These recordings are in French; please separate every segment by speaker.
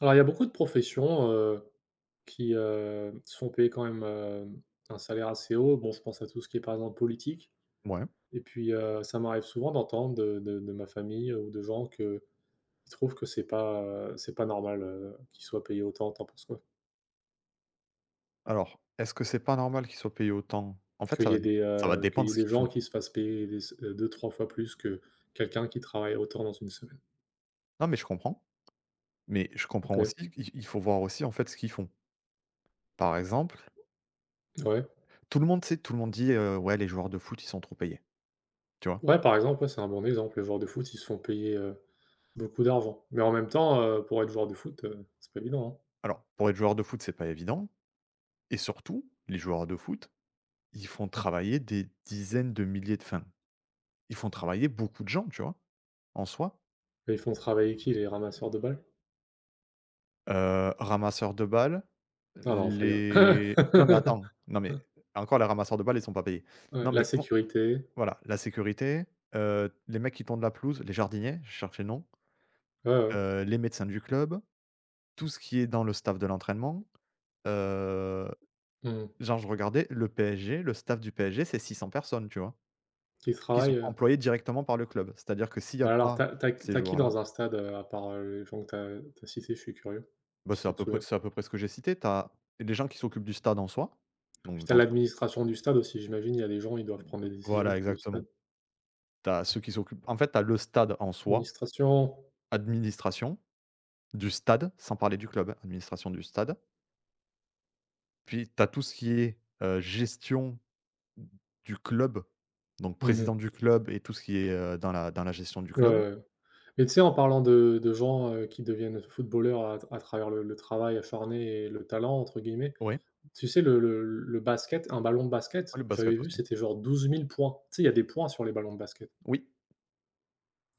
Speaker 1: Alors, il y a beaucoup de professions, qui, se font payer quand même, un salaire assez haut. Bon, je pense à tout ce qui est, par exemple, politique.
Speaker 2: Ouais.
Speaker 1: Et puis, ça m'arrive souvent d'entendre de ma famille ou de gens qu'ils trouvent que c'est pas normal, qu'ils soient payés autant. Tu en penses quoi?
Speaker 2: Alors, est-ce que c'est pas normal qu'ils soient payés autant? En fait, ça
Speaker 1: Qu'il y
Speaker 2: va
Speaker 1: ait des, qu'il
Speaker 2: dépendre
Speaker 1: y
Speaker 2: de
Speaker 1: ait
Speaker 2: ce
Speaker 1: des
Speaker 2: qu'ils font.
Speaker 1: gens qui se fassent payer des s 2-3 fois plus que quelqu'un qui travaille autant dans une semaine.
Speaker 2: Non, mais je comprends
Speaker 1: OK,
Speaker 2: aussi qu'il il faut voir aussi, en fait, ce qu'ils font. Par exemple,
Speaker 1: ouais.
Speaker 2: tout le monde sait, tout le monde dit: «Ouais, les joueurs de foot, ils sont trop payés», tu vois?
Speaker 1: Ouais, par exemple, ouais, c'est un bon exemple. Les joueurs de foot, ils se font payer, beaucoup d'argent. Mais en même temps, pour être joueur de foot, c'est pas évident, hein?
Speaker 2: Alors, pour être joueur de foot, c'est pas évident et surtout, les joueurs de foot, ils font travailler des dizaines de milliers de fins. Ils font travailler beaucoup de gens, tu vois? En soi.
Speaker 1: Ils font travailler qui? Les ramasseurs de balles?
Speaker 2: Ramasseurs de balles,
Speaker 1: Ah non, faut rigoler.
Speaker 2: les non, mais attends, non, mais encore les ramasseurs de balles, ils sont pas payés.
Speaker 1: Ouais,
Speaker 2: Non, mais
Speaker 1: la
Speaker 2: comment.
Speaker 1: sécurité.
Speaker 2: Voilà, la sécurité, les mecs qui tondent la pelouse, les jardiniers, je cherchais le nom,
Speaker 1: Ouais, ouais.
Speaker 2: les médecins du club, tout ce qui est dans le staff de l'entraînement. heu,
Speaker 1: Mmh.
Speaker 2: genre je regardais le PSG, le staff du PSG, c'est 600 personnes, tu vois?
Speaker 1: Qui
Speaker 2: Qui
Speaker 1: travaillent,
Speaker 2: sont employées directement par le club. C'est-à-dire que s'il y a
Speaker 1: alors
Speaker 2: pas
Speaker 1: t'as as
Speaker 2: ces
Speaker 1: tu qui
Speaker 2: joueurs-là,
Speaker 1: dans un stade, à part, les gens que t'as as cités? Je suis curieux,
Speaker 2: bah,
Speaker 1: si
Speaker 2: c'est à
Speaker 1: tu te
Speaker 2: peu près
Speaker 1: souviens.
Speaker 2: ce que j'ai cité. Tu as les gens qui s'occupent du stade en soi,
Speaker 1: Puis
Speaker 2: donc
Speaker 1: t'as
Speaker 2: l'entretien,
Speaker 1: l'administration du stade aussi, j'imagine, il y a des gens, ils doivent prendre des décisions
Speaker 2: voilà,
Speaker 1: pour le
Speaker 2: exactement.
Speaker 1: stade.
Speaker 2: Tu as ceux qui s'occupent, en fait, tu as le stade en soi,
Speaker 1: Administration.
Speaker 2: administration du stade, sans parler du club, hein, administration du stade. Puis tu as tout ce qui est, gestion du club, donc président
Speaker 1: Mmh.
Speaker 2: du club et tout ce qui est, dans la gestion du
Speaker 1: Ouais,
Speaker 2: club.
Speaker 1: ouais, ouais. Mais tu sais, en parlant de gens, qui deviennent footballeurs à travers le travail acharné et «le talent» entre guillemets.
Speaker 2: Oui.
Speaker 1: Tu sais, le basket, un ballon de basket,
Speaker 2: Ah, le
Speaker 1: j'avais
Speaker 2: basket
Speaker 1: vu,
Speaker 2: aussi.
Speaker 1: c'était genre 12 000 points. Tu sais, il y a des points sur les ballons de basket
Speaker 2: Oui.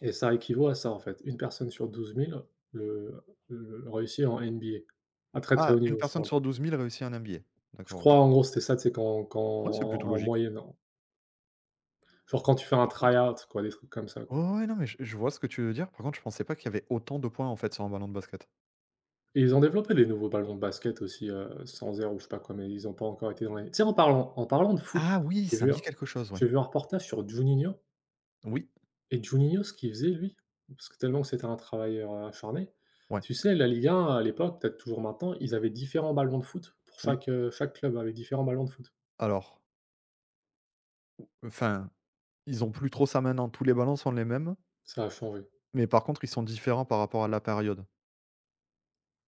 Speaker 1: et ça équivaut à ça, en fait. Une personne sur 12 000 le le réussit en NBA, à très, très
Speaker 2: Ah,
Speaker 1: haut
Speaker 2: une
Speaker 1: niveau, je
Speaker 2: personne
Speaker 1: parle.
Speaker 2: sur 12 000 réussit un MBA.
Speaker 1: Je
Speaker 2: D'accord, OK.
Speaker 1: crois, en gros, c'était ça, c'est sais, quand
Speaker 2: Ouais, c'est plutôt
Speaker 1: en
Speaker 2: logique.
Speaker 1: moyenne, en genre quand tu fais un
Speaker 2: Par contre,
Speaker 1: try-out, quoi, des trucs comme ça,
Speaker 2: ouais,
Speaker 1: quoi.
Speaker 2: ouais, non, mais je vois ce que tu veux dire. Par contre, je pensais pas qu'il y avait autant de points, en fait, sur un ballon de basket.
Speaker 1: Et ils ont développé des nouveaux ballons de basket aussi, sans air ou je sais pas quoi, mais ils ont pas encore été dans les tu sais, en parlant de foot.
Speaker 2: Ah oui,
Speaker 1: j'ai
Speaker 2: ça
Speaker 1: vu
Speaker 2: me dit quelque chose, ouais.
Speaker 1: j'ai vu un reportage sur Juninho.
Speaker 2: Oui,
Speaker 1: Et Juninho, ce qu'il faisait lui, parce que tellement que c'était un travailleur, acharné,
Speaker 2: ouais,
Speaker 1: tu sais la Ligue 1 à l'époque, peut-être toujours maintenant, ils avaient différents ballons de foot pour
Speaker 2: oui.
Speaker 1: chaque, chaque club avec différents ballons de foot.
Speaker 2: Alors, enfin, ils ont plus trop ça maintenant, tous les ballons sont les mêmes,
Speaker 1: Ça a changé.
Speaker 2: mais par contre, ils sont différents par rapport à la période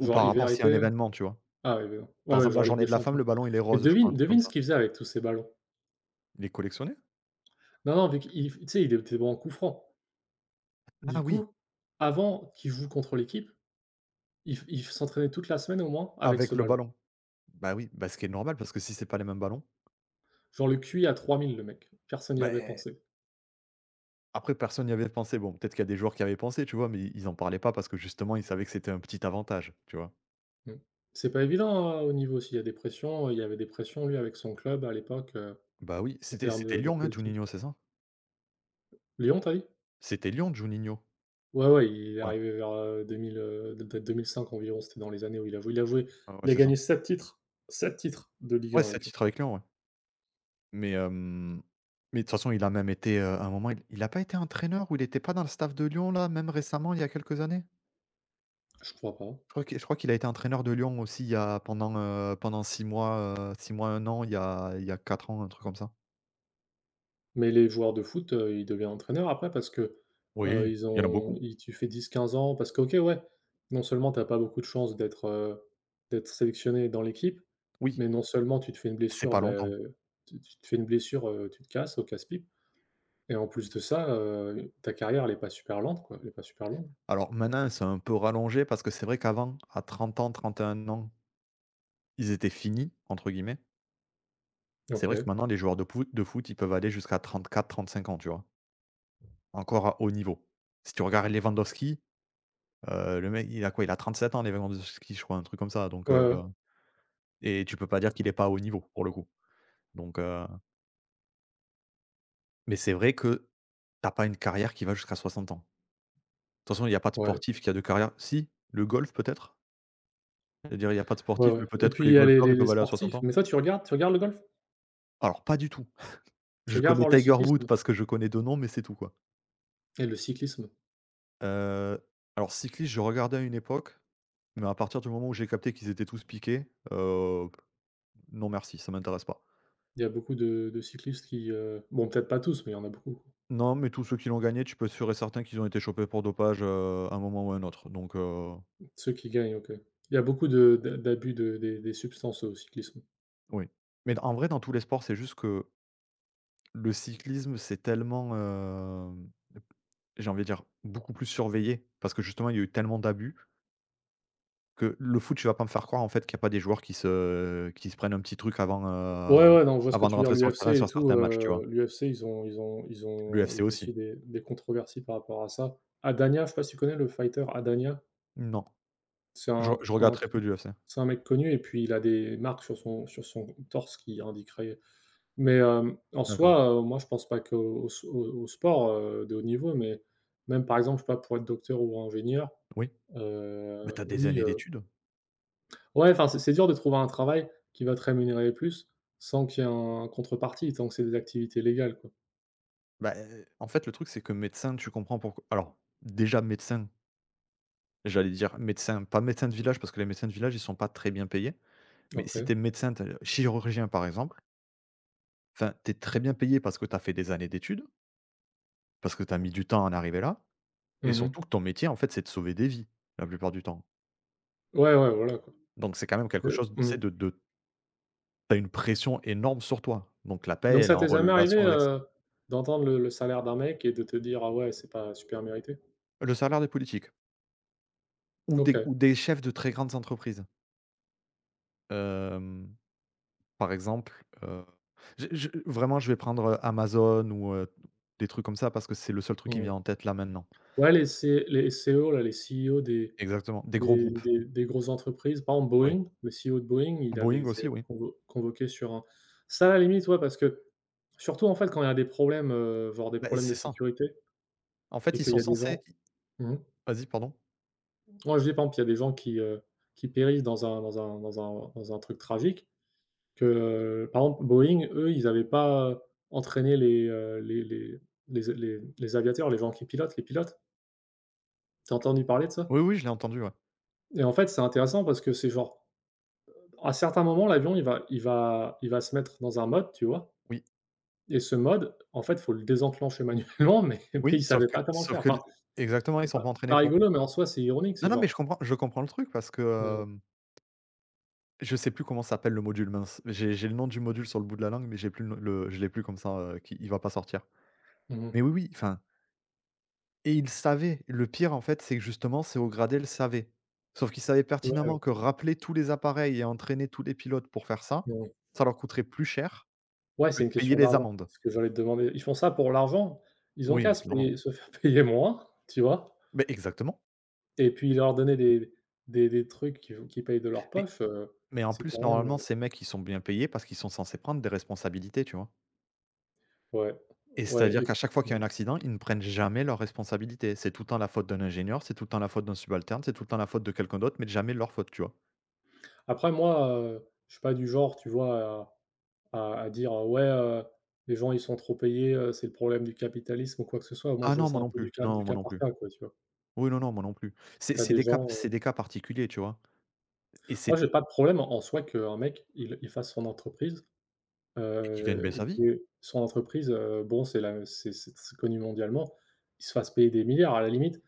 Speaker 2: ou
Speaker 1: Genre
Speaker 2: par rapport
Speaker 1: hiver,
Speaker 2: si un
Speaker 1: été,
Speaker 2: événement, tu vois?
Speaker 1: ah ouais, ben, ouais,
Speaker 2: Par
Speaker 1: ouais,
Speaker 2: exemple, la
Speaker 1: genre Ligue
Speaker 2: journée
Speaker 1: des
Speaker 2: de la femme, le
Speaker 1: champions.
Speaker 2: ballon, il est
Speaker 1: Mais
Speaker 2: rose, je crois, un
Speaker 1: devine
Speaker 2: truc comme
Speaker 1: devine ce
Speaker 2: ça.
Speaker 1: qu'il faisait avec tous ces ballons.
Speaker 2: Il est collectionné?
Speaker 1: Non, non, vu qu'il tu sais, il était bon en coup franc.
Speaker 2: Ah
Speaker 1: Du
Speaker 2: oui,
Speaker 1: coup, avant qu'il joue contre l'équipe, il s'entraînait toute la semaine au moins avec
Speaker 2: avec
Speaker 1: ce
Speaker 2: le
Speaker 1: ballon.
Speaker 2: ballon. Bah oui, bah, ce qui est normal parce que si c'est pas les mêmes ballons,
Speaker 1: Genre le QI à 3 000 le mec, personne n'y avait
Speaker 2: beh,
Speaker 1: pensé.
Speaker 2: après personne n'y avait pensé. Bon, peut-être qu'il y a des joueurs qui avaient pensé, tu vois? Mais ils en parlaient pas parce que justement, ils savaient que c'était un petit avantage, tu vois?
Speaker 1: Mmh. C'est pas évident, hein, au niveau s'il y a des pressions, il y avait des pressions lui avec son club à l'époque,
Speaker 2: Bah oui,
Speaker 1: en
Speaker 2: c'était
Speaker 1: termes
Speaker 2: c'était
Speaker 1: de
Speaker 2: Lyon, hein,
Speaker 1: politique.
Speaker 2: Juninho, c'est ça?
Speaker 1: Lyon, tu as dit?
Speaker 2: C'était Lyon, Juninho?
Speaker 1: Ouais, ouais, il est
Speaker 2: Ouais,
Speaker 1: arrivé vers, 2000 de peut-être 2005 environ, c'était dans les années où il a joué. Il a joué,
Speaker 2: ouais, ouais,
Speaker 1: il a
Speaker 2: c'est ça.
Speaker 1: gagné 7 titres de Ligue
Speaker 2: Ouais,
Speaker 1: 1
Speaker 2: c'est le
Speaker 1: avec eux.
Speaker 2: titre avec Lyon, ouais. Mais mais de toute façon, il a même été, à un moment, il a pas été entraîneur ou il était pas dans le staff de Lyon, là, même récemment, il y a quelques années?
Speaker 1: Je crois pas.
Speaker 2: Je crois qu'il a été entraîneur de Lyon aussi il y a pendant, pendant 6 mois, 6 mois, un an, il y a 4 ans, un truc comme ça.
Speaker 1: Mais les joueurs de foot, ils deviennent entraîneurs après parce que,
Speaker 2: Oui,
Speaker 1: ils
Speaker 2: il y en a
Speaker 1: ont
Speaker 2: beaucoup.
Speaker 1: ils tu fais 10, 15 ans parce que, OK, ouais, non seulement tu as pas beaucoup de chances d'être, d'être sélectionné dans l'équipe,
Speaker 2: Oui,
Speaker 1: mais non seulement tu te fais une
Speaker 2: c'est
Speaker 1: blessure,
Speaker 2: pas
Speaker 1: bah,
Speaker 2: longtemps.
Speaker 1: tu te fais une blessure, tu te casses au casse-pipe et en plus de ça, ta carrière elle est pas super lente, quoi, elle est pas super longue.
Speaker 2: Alors maintenant, c'est un peu rallongé parce que c'est vrai qu'avant, à 30 ans, 31 ans, ils étaient «finis» entre guillemets. C'est vrai que
Speaker 1: OK.
Speaker 2: maintenant les joueurs de pout de foot, ils peuvent aller jusqu'à 34, 35 ans, tu vois? Encore à haut niveau. Si tu regardes Lewandowski, le mec, il a quoi? Il a 37 ans, Lewandowski, je crois, un truc comme ça, donc
Speaker 1: Ouais, ouais.
Speaker 2: et tu peux pas dire qu'il est pas à haut niveau, pour le coup, donc Mais c'est vrai que t'as pas une carrière qui va jusqu'à 60 ans. De toute façon, il y a pas de
Speaker 1: Ouais.
Speaker 2: sportif qui a de carrière, si, le golf peut-être? C'est-à-dire il y a pas de
Speaker 1: Ouais,
Speaker 2: sportif,
Speaker 1: ouais
Speaker 2: mais
Speaker 1: et
Speaker 2: peut-être que
Speaker 1: puis il
Speaker 2: les
Speaker 1: y a les
Speaker 2: golfeurs, ils
Speaker 1: les les
Speaker 2: peuvent aller à 60
Speaker 1: sportifs.
Speaker 2: ans?
Speaker 1: Mais toi, tu regardes le golf?
Speaker 2: Alors pas du tout.
Speaker 1: Tu
Speaker 2: Je
Speaker 1: regardes
Speaker 2: connais
Speaker 1: voir le
Speaker 2: Tiger Woods
Speaker 1: cyclisme?
Speaker 2: parce que je connais deux noms, mais c'est tout, quoi.
Speaker 1: Et le cyclisme?
Speaker 2: Heu, alors cycliste, je regardais à une époque, mais à partir du moment où j'ai capté qu'ils étaient tous piqués, non merci, ça m'intéresse pas.
Speaker 1: Il y a beaucoup de cyclistes qui, bon peut-être pas tous, mais il y en a beaucoup.
Speaker 2: Non, mais tous ceux qui l'ont gagné, tu peux être sûr et certain qu'ils ont été chopés pour dopage, à un moment ou à un autre, donc,
Speaker 1: Ceux qui gagnent, OK. Il y a beaucoup de d'a d'abus de des substances au cyclisme.
Speaker 2: oui. Mais en vrai, dans tous les sports, c'est juste que le cyclisme, c'est tellement, j'ai envie de dire, beaucoup plus surveillé parce que justement, il y a eu tellement d'abus que le foot, tu vas pas me faire croire en fait qu'il y a pas des joueurs qui se prennent un petit truc avant,
Speaker 1: Ouais, ouais, non, je vois ce que
Speaker 2: avant de
Speaker 1: tu veux dire.
Speaker 2: rentrer sur le terrain
Speaker 1: L'UFC
Speaker 2: sur
Speaker 1: et tout,
Speaker 2: certains matchs, tu vois?
Speaker 1: l'UFC, ils ont
Speaker 2: L'UFC
Speaker 1: eu
Speaker 2: aussi?
Speaker 1: aussi des controversies par rapport à ça. Adania, je sais pas si tu connais le fighter Adania.
Speaker 2: Non,
Speaker 1: C'est
Speaker 2: je
Speaker 1: un
Speaker 2: je regarde
Speaker 1: un
Speaker 2: très peu
Speaker 1: truc
Speaker 2: l'UFC.
Speaker 1: c'est un mec connu et puis il a des marques sur son torse qui indiqueraient mais hem, en
Speaker 2: D'accord.
Speaker 1: soi, moi, je pense pas qu'au au au au sport, de haut niveau, mais même, par exemple, je sais pas, pour être docteur ou ingénieur,
Speaker 2: Oui, mais t'as des
Speaker 1: oui,
Speaker 2: années d'études.
Speaker 1: ouais, enfin, c'est dur de trouver un travail qui va te rémunérer plus sans qu'il y ait un contrepartie, tant que c'est des activités légales, quoi.
Speaker 2: Bah, en fait, le truc, c'est que médecin, tu comprends pourquoi. Alors déjà médecin, j'allais dire médecin, pas médecin de village parce que les médecins de village, ils sont pas très bien payés, mais si
Speaker 1: OK.
Speaker 2: t'es médecin, tu chirurgien, par exemple. Enfin, tu es très bien payé parce que tu as fait des années d'études, parce que tu as mis du temps à en arriver là
Speaker 1: Mmh
Speaker 2: et
Speaker 1: mh.
Speaker 2: surtout que ton métier, en fait, c'est de sauver des vies, la plupart du temps.
Speaker 1: Ouais, ouais, voilà, quoi.
Speaker 2: Donc c'est quand même quelque chose, tu
Speaker 1: Mmh.
Speaker 2: sais, de tu as une pression énorme sur toi. Donc la paie,
Speaker 1: Donc
Speaker 2: elle est
Speaker 1: ça
Speaker 2: en
Speaker 1: t'est jamais arrivé,
Speaker 2: relation avec ça.
Speaker 1: d'entendre le salaire d'un mec et de te dire: «Ah ouais, c'est pas super mérité»?
Speaker 2: Le salaire des politiques ou
Speaker 1: OK.
Speaker 2: des chefs de très grandes entreprises. Hem, par exemple, je vraiment, je vais prendre, Amazon ou, des trucs comme ça parce que c'est le seul truc qui me
Speaker 1: Mmh.
Speaker 2: vient en tête là maintenant.
Speaker 1: Ouais, les C les CO là, les CEO des
Speaker 2: Exactement, des gros
Speaker 1: des
Speaker 2: groupes,
Speaker 1: des des grosses entreprises, par exemple
Speaker 2: oui.
Speaker 1: Boeing, le CEO de Boeing, il avait
Speaker 2: Boeing
Speaker 1: été
Speaker 2: aussi, oui.
Speaker 1: convoqué sur un ça à la limite, ouais, parce que surtout, en fait, quand il y a des problèmes, genre des
Speaker 2: Bah,
Speaker 1: problèmes de
Speaker 2: c'est ça.
Speaker 1: sécurité
Speaker 2: En fait,
Speaker 1: et
Speaker 2: ils
Speaker 1: qu'il
Speaker 2: sont
Speaker 1: y a des
Speaker 2: censés.
Speaker 1: gens. Mmh mh.
Speaker 2: Vas-y, pardon.
Speaker 1: Ouais, ça dépend, puis il y a des gens qui périssent dans un truc tragique que, par exemple, Boeing, eux, ils n'avaient pas entraîné les, les aviateurs, les gens qui pilotent, les pilotes. T'as entendu parler de ça?
Speaker 2: Oui, oui, je l'ai entendu, ouais.
Speaker 1: Et en fait, c'est intéressant parce que c'est genre, à certains moments, l'avion, il va se mettre dans un mode, tu vois?
Speaker 2: Oui,
Speaker 1: Et ce mode, en fait, il faut le désenclencher manuellement, mais ils
Speaker 2: oui,
Speaker 1: ne savaient pas comment le
Speaker 2: sauf
Speaker 1: faire.
Speaker 2: que l
Speaker 1: Enfin,
Speaker 2: exactement, ils sont pas
Speaker 1: c'est
Speaker 2: entraînés
Speaker 1: pas
Speaker 2: pour.
Speaker 1: rigolo, mais en soi, c'est ironique,
Speaker 2: Non,
Speaker 1: c'est
Speaker 2: non, mais je
Speaker 1: genre,
Speaker 2: comprends le truc parce que,
Speaker 1: heu,
Speaker 2: hem, je sais plus comment s'appelle le module, mince. J'ai le nom du module sur le bout de la langue, mais j'ai plus le je l'ai plus comme ça, qui il va pas sortir. Mais
Speaker 1: mmh.
Speaker 2: oui, oui, enfin. Et il savait. Le pire, en fait, c'est que justement, ces hauts gradés le savaient. Sauf qu'ils savaient
Speaker 1: Ouais,
Speaker 2: pertinemment
Speaker 1: ouais,
Speaker 2: que rappeler tous les appareils et entraîner tous les pilotes pour faire ça,
Speaker 1: ouais.
Speaker 2: ça leur coûterait plus cher
Speaker 1: Ouais,
Speaker 2: que
Speaker 1: c'est
Speaker 2: de
Speaker 1: une
Speaker 2: payer
Speaker 1: question
Speaker 2: les
Speaker 1: d'argent,
Speaker 2: amendes.
Speaker 1: ce que j'allais te demander. Ils font ça pour l'argent, ils ont
Speaker 2: Oui,
Speaker 1: qu'à se
Speaker 2: clairement.
Speaker 1: payer se faire payer moins, tu vois?
Speaker 2: Mais exactement.
Speaker 1: Et puis leur donner des des trucs qu'ils payent de leur
Speaker 2: Mais
Speaker 1: poche,
Speaker 2: mais en
Speaker 1: c'est
Speaker 2: plus,
Speaker 1: quand même,
Speaker 2: normalement, ces mecs, ils sont bien payés parce qu'ils sont censés prendre des responsabilités, tu vois?
Speaker 1: ouais,
Speaker 2: Et
Speaker 1: ouais
Speaker 2: c'est-à-dire
Speaker 1: et
Speaker 2: qu'à
Speaker 1: puis
Speaker 2: chaque fois
Speaker 1: mmh.
Speaker 2: qu'il y a un accident, ils ne prennent jamais leurs responsabilités. C'est tout le temps la faute d'un ingénieur, c'est tout le temps la faute d'un subalterne, c'est tout le temps la faute de quelqu'un d'autre, mais jamais leur faute, tu vois?
Speaker 1: Après moi, je suis pas du genre, tu vois, à à dire, «Ouais, les gens ils sont trop payés, c'est le problème du capitalisme» ou quoi que ce soit. Moi
Speaker 2: Ah
Speaker 1: je vois
Speaker 2: non,
Speaker 1: ça
Speaker 2: moi
Speaker 1: un
Speaker 2: non
Speaker 1: peu
Speaker 2: plus.
Speaker 1: du cas du
Speaker 2: Non, moi
Speaker 1: cas
Speaker 2: non
Speaker 1: par
Speaker 2: plus.
Speaker 1: cas, quoi, tu vois?
Speaker 2: Oui, non, non, moi non plus. C'est
Speaker 1: Tu as
Speaker 2: c'est
Speaker 1: des
Speaker 2: des cas
Speaker 1: gens,
Speaker 2: c'est des cas particuliers, tu vois? Et
Speaker 1: moi
Speaker 2: c'est
Speaker 1: j'ai pas de problème en soi qu'un mec, il fasse son entreprise.
Speaker 2: et qui gagne bien sa
Speaker 1: Et
Speaker 2: vie.
Speaker 1: que son entreprise, bon, c'est la c'est connu mondialement, il se fasse payer des milliards. À la limite,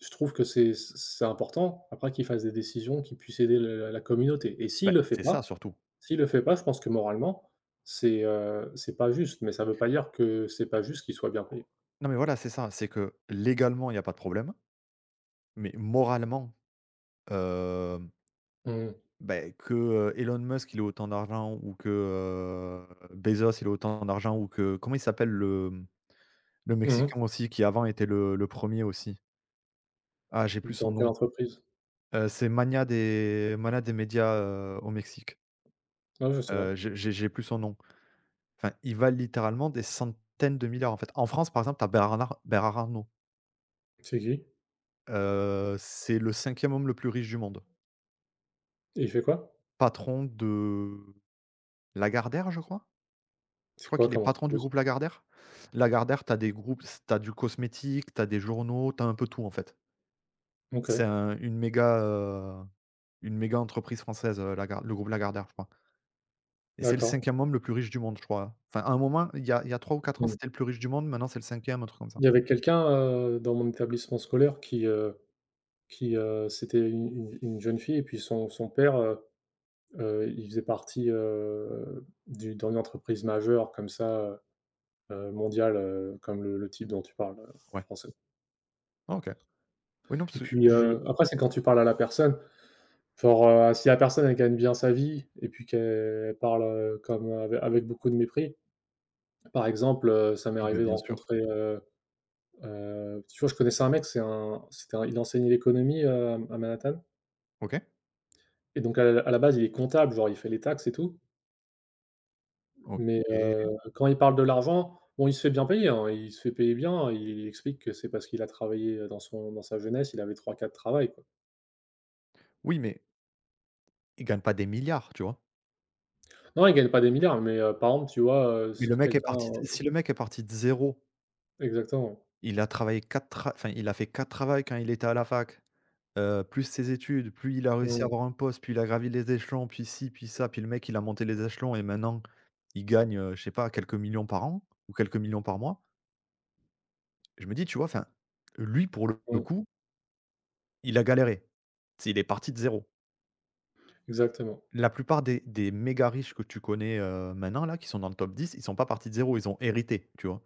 Speaker 1: je trouve que c'est important, après qu'il fasse des décisions qui puissent aider le la communauté et s'il
Speaker 2: Bah,
Speaker 1: le fait
Speaker 2: c'est ça
Speaker 1: pas,
Speaker 2: surtout.
Speaker 1: s'il le fait pas, je pense que moralement, c'est pas juste, mais ça veut pas dire que c'est pas juste qu'il soit bien payé.
Speaker 2: Non, mais voilà, c'est ça, c'est que légalement, il y a pas de problème, mais moralement, hem,
Speaker 1: Mmh mh.
Speaker 2: beh, que, Elon Musk, il ait autant d'argent ou que, Bezos, il ait autant d'argent ou que, comment il s'appelle, le, mmh, le
Speaker 1: Mmh.
Speaker 2: mexicain aussi qui avant était le premier aussi? Ah, j'ai plus son
Speaker 1: Dans quelle
Speaker 2: nom.
Speaker 1: entreprise?
Speaker 2: C'est Magna, des Magna des médias, au Mexique.
Speaker 1: Ah, je sais pas.
Speaker 2: J'ai plus son nom. Enfin, ils valent littéralement des centaines de milliards, en fait. En France, par exemple, tu as Bernard Arnault.
Speaker 1: C'est qui?
Speaker 2: C'est le cinquième homme le plus riche du monde.
Speaker 1: Et il fait quoi?
Speaker 2: Patron de Lagardère, je crois. Je
Speaker 1: C'est
Speaker 2: crois
Speaker 1: quoi
Speaker 2: qu'il est
Speaker 1: comme
Speaker 2: patron du
Speaker 1: entreprise?
Speaker 2: groupe Lagardère. Lagardère, tu as des groupes, s tu as du cosmétique, tu as des journaux, tu as un peu tout, en fait. C'est
Speaker 1: OK,
Speaker 2: un une méga, heu, une méga entreprise française, Lagar le groupe Lagardère, je crois, et c'est le
Speaker 1: d'accord.
Speaker 2: cinquième homme le plus riche du monde, je crois. Enfin, à un moment, il y a 3 ou quatre ans,
Speaker 1: Mmh.
Speaker 2: c'était le plus riche du monde, maintenant c'est le cinquième, un truc comme ça.
Speaker 1: Il y avait quelqu'un, dans mon établissement scolaire qui, qui, c'était une jeune fille et puis son père, il faisait partie, du dans une entreprise majeure comme ça, mondiale, comme le type dont tu parles, le
Speaker 2: Ouais.
Speaker 1: français.
Speaker 2: Ah OK. Oui, non, parce
Speaker 1: Et
Speaker 2: que
Speaker 1: puis,
Speaker 2: je
Speaker 1: après c'est quand tu parles à la personne, genre, si la personne elle gagne bien sa vie et puis qu'elle parle, comme avec beaucoup de mépris. Par exemple, ça m'est
Speaker 2: oui, bah,
Speaker 1: arrivé de
Speaker 2: bien sûr.
Speaker 1: rencontrer, tu vois, je connaissais un mec, c'était un il enseignait l'économie, à Manhattan
Speaker 2: OK,
Speaker 1: et donc à la base il est comptable, genre il fait les taxes et tout. Mais
Speaker 2: OK.
Speaker 1: quand il parle de l'argent, bon, il se fait bien payer, hein, il se fait payer bien, hein. Il explique que c'est parce qu'il a travaillé, dans sa jeunesse, il avait trois quatre travails, quoi.
Speaker 2: Oui, mais il gagne pas des milliards, tu vois?
Speaker 1: Non, il gagne pas des milliards, mais par exemple, tu vois,
Speaker 2: Mais
Speaker 1: s
Speaker 2: le mec est
Speaker 1: quelqu'un,
Speaker 2: parti d si le mec est parti de zéro,
Speaker 1: exactement.
Speaker 2: il a fait 4 travails quand il était à la fac, plus ses études, plus il a réussi à
Speaker 1: Mmh,
Speaker 2: avoir un poste, puis il a gravi les échelons, puis ci, puis ça, puis le mec, il a monté les échelons et maintenant il gagne, je sais pas, quelques millions par an ou quelques millions par mois. Je me dis, tu vois, enfin, lui, pour le
Speaker 1: mmh,
Speaker 2: coup, il a galéré. Tu sais, il est parti de zéro.
Speaker 1: exactement.
Speaker 2: La plupart des méga riches que tu connais, maintenant là, qui sont dans le top 10, ils sont pas partis de zéro, ils ont hérité, tu vois?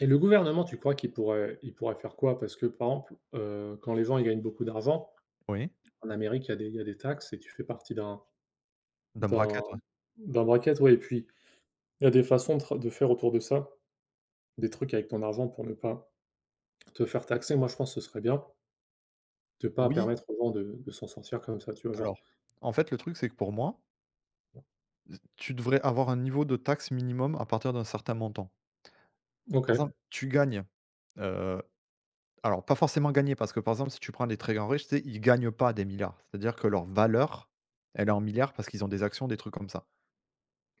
Speaker 1: Et le gouvernement, tu crois qu'il pourrait il pourrait faire quoi? Parce que, par exemple, quand les gens, ils gagnent beaucoup d'argent,
Speaker 2: Oui.
Speaker 1: en Amérique, il y a des il y a des taxes et tu fais partie d'un
Speaker 2: D'un
Speaker 1: d'un
Speaker 2: bracket, ouais.
Speaker 1: d'un bracket, ouais et puis, il y a des façons de faire autour de ça, des trucs avec ton argent pour ne pas te faire taxer. Moi, je pense que ce serait bien, de pas
Speaker 2: Oui,
Speaker 1: permettre aux gens de s'en sortir comme ça, tu vois? Genre
Speaker 2: alors, en fait, le truc, c'est que pour moi, tu devrais avoir un niveau de taxe minimum à partir d'un certain montant.
Speaker 1: OK,
Speaker 2: Par exemple, tu gagnes, heu, alors pas forcément gagner, parce que, par exemple, si tu prends les très grands riches, tu sais, ils gagnent pas des milliards. C'est-à-dire que leur valeur, elle est en milliards parce qu'ils ont des actions, des trucs comme ça.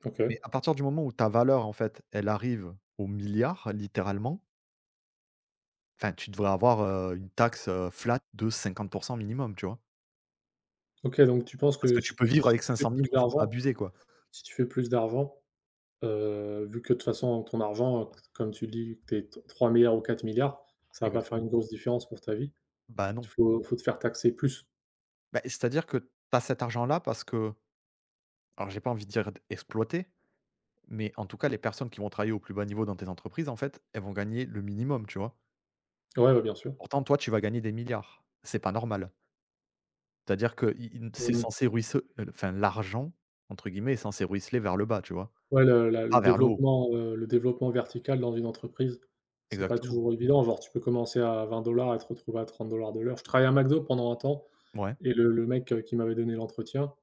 Speaker 1: OK,
Speaker 2: Mais à partir du moment où ta valeur, en fait, elle arrive aux milliards, littéralement. Enfin, tu devrais avoir, une taxe, flat de 50 minimum, tu vois?
Speaker 1: OK, donc tu penses
Speaker 2: Parce
Speaker 1: que
Speaker 2: que tu
Speaker 1: si
Speaker 2: peux
Speaker 1: tu
Speaker 2: vivre
Speaker 1: si tu
Speaker 2: avec
Speaker 1: fais
Speaker 2: 500 000,
Speaker 1: plus
Speaker 2: bon, faut pas
Speaker 1: d'argent,
Speaker 2: abuser, quoi.
Speaker 1: si tu fais plus d'argent, vu que de toute façon ton argent, comme tu dis, tu es t 3 000 ou 4 milliards, ça va pas faire
Speaker 2: Exactement.
Speaker 1: une grosse différence pour ta vie.
Speaker 2: Bah,
Speaker 1: Il
Speaker 2: non.
Speaker 1: faut te faire taxer plus.
Speaker 2: Bah, c'est-à-dire que tu as cet argent-là parce que, alors j'ai pas envie de dire d exploiter, mais en tout cas, les personnes qui vont travailler au plus bas niveau dans tes entreprises, en fait, elles vont gagner le minimum, tu vois?
Speaker 1: Ouais, ouais, bien sûr.
Speaker 2: Pourtant, toi, tu vas gagner des milliards. C'est pas normal. C'est-à-dire que i in c'est
Speaker 1: Mmh.
Speaker 2: censé ruisse enfin, «l'argent» entre guillemets est censé ruisseler vers le bas, tu vois?
Speaker 1: Ouais, le la
Speaker 2: Pas
Speaker 1: le
Speaker 2: vers le haut.
Speaker 1: développement, le développement vertical dans une entreprise, c'est pas
Speaker 2: Exactement.
Speaker 1: toujours évident. Genre, tu peux commencer à 20 dollars et te retrouver à 30 dollars de l'heure. Je travaillais à McDo pendant un temps
Speaker 2: Ouais.
Speaker 1: et le mec, qui m'avait donné l'entretien,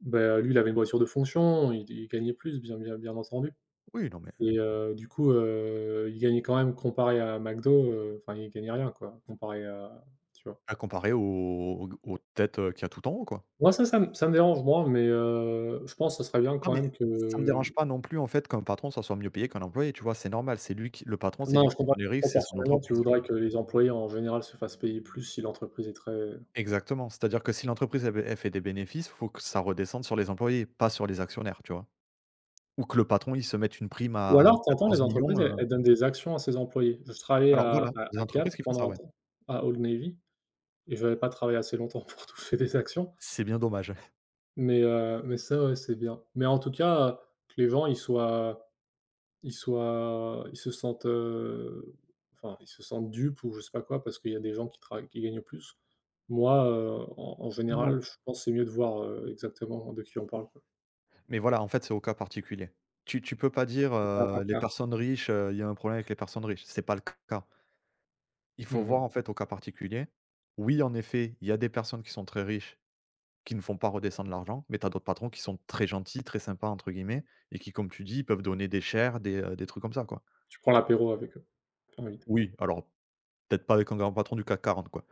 Speaker 1: ben, lui, il avait une voiture de fonction, il gagnait plus, bien entendu.
Speaker 2: Oui, non, mais
Speaker 1: Et du coup, il gagnait quand même comparé à McDo, enfin, il gagnait rien, quoi, comparé à tu vois?
Speaker 2: à comparer aux têtes, qu'il y a tout en haut, quoi.
Speaker 1: Moi, ça ça me dérange moi, mais je pense que ce serait bien
Speaker 2: Non,
Speaker 1: quand
Speaker 2: mais
Speaker 1: même
Speaker 2: ça me
Speaker 1: que.
Speaker 2: dérange pas non plus, en fait, qu'un patron, ça soit mieux payé qu'un employé, tu vois? C'est normal, c'est lui qui le patron, c'est lui
Speaker 1: Non,
Speaker 2: qui
Speaker 1: je
Speaker 2: prend
Speaker 1: comprends.
Speaker 2: les risques, c'est son
Speaker 1: Proportionnellement, tu
Speaker 2: entreprise, tu vois?
Speaker 1: voudrais que les employés, en général, se fassent payer plus si l'entreprise est très
Speaker 2: Exactement, c'est-à-dire que si l'entreprise, elle fait des bénéfices, faut que ça redescende sur les employés, pas sur les actionnaires, tu vois? Ou que le patron, il se mette une prime
Speaker 1: ou
Speaker 2: à
Speaker 1: alors tu entends
Speaker 2: quatorze
Speaker 1: les
Speaker 2: millions.
Speaker 1: entreprises,
Speaker 2: 000,
Speaker 1: elles donnent des actions à ses employés. Je travaillais
Speaker 2: alors voilà, tu des
Speaker 1: à Gap
Speaker 2: entreprises qui font ça,
Speaker 1: pendant un
Speaker 2: ouais.
Speaker 1: temps, à Old Navy et j'avais pas travaillé assez longtemps pour toucher des actions.
Speaker 2: C'est bien dommage.
Speaker 1: Mais mais ça, ouais, c'est bien. Mais en tout cas, que les gens, ils se sentent, enfin, ils se sentent dupes ou je sais pas quoi parce qu'il y a des gens qui travaillent qui gagnent plus. Moi, en
Speaker 2: Non,
Speaker 1: général, je pense c'est mieux de voir, exactement de qui on parle, quoi.
Speaker 2: mais voilà, en fait, c'est au cas particulier. Tu peux pas dire, les personnes riches, il y a un problème avec les personnes riches, c'est pas le cas. Il
Speaker 1: Mmh
Speaker 2: faut voir
Speaker 1: mh.
Speaker 2: en fait au cas particulier. Oui, en effet, il y a des personnes qui sont très riches qui ne font pas redescendre l'argent, mais tu as d'autres patrons qui sont très gentils, très sympas entre guillemets et qui, comme tu dis, peuvent donner des shares, des trucs comme ça, quoi.
Speaker 1: Tu prends l'apéro avec eux. Enfin, oui.
Speaker 2: Oui, alors peut-être pas avec un grand patron du CAC 40, quoi.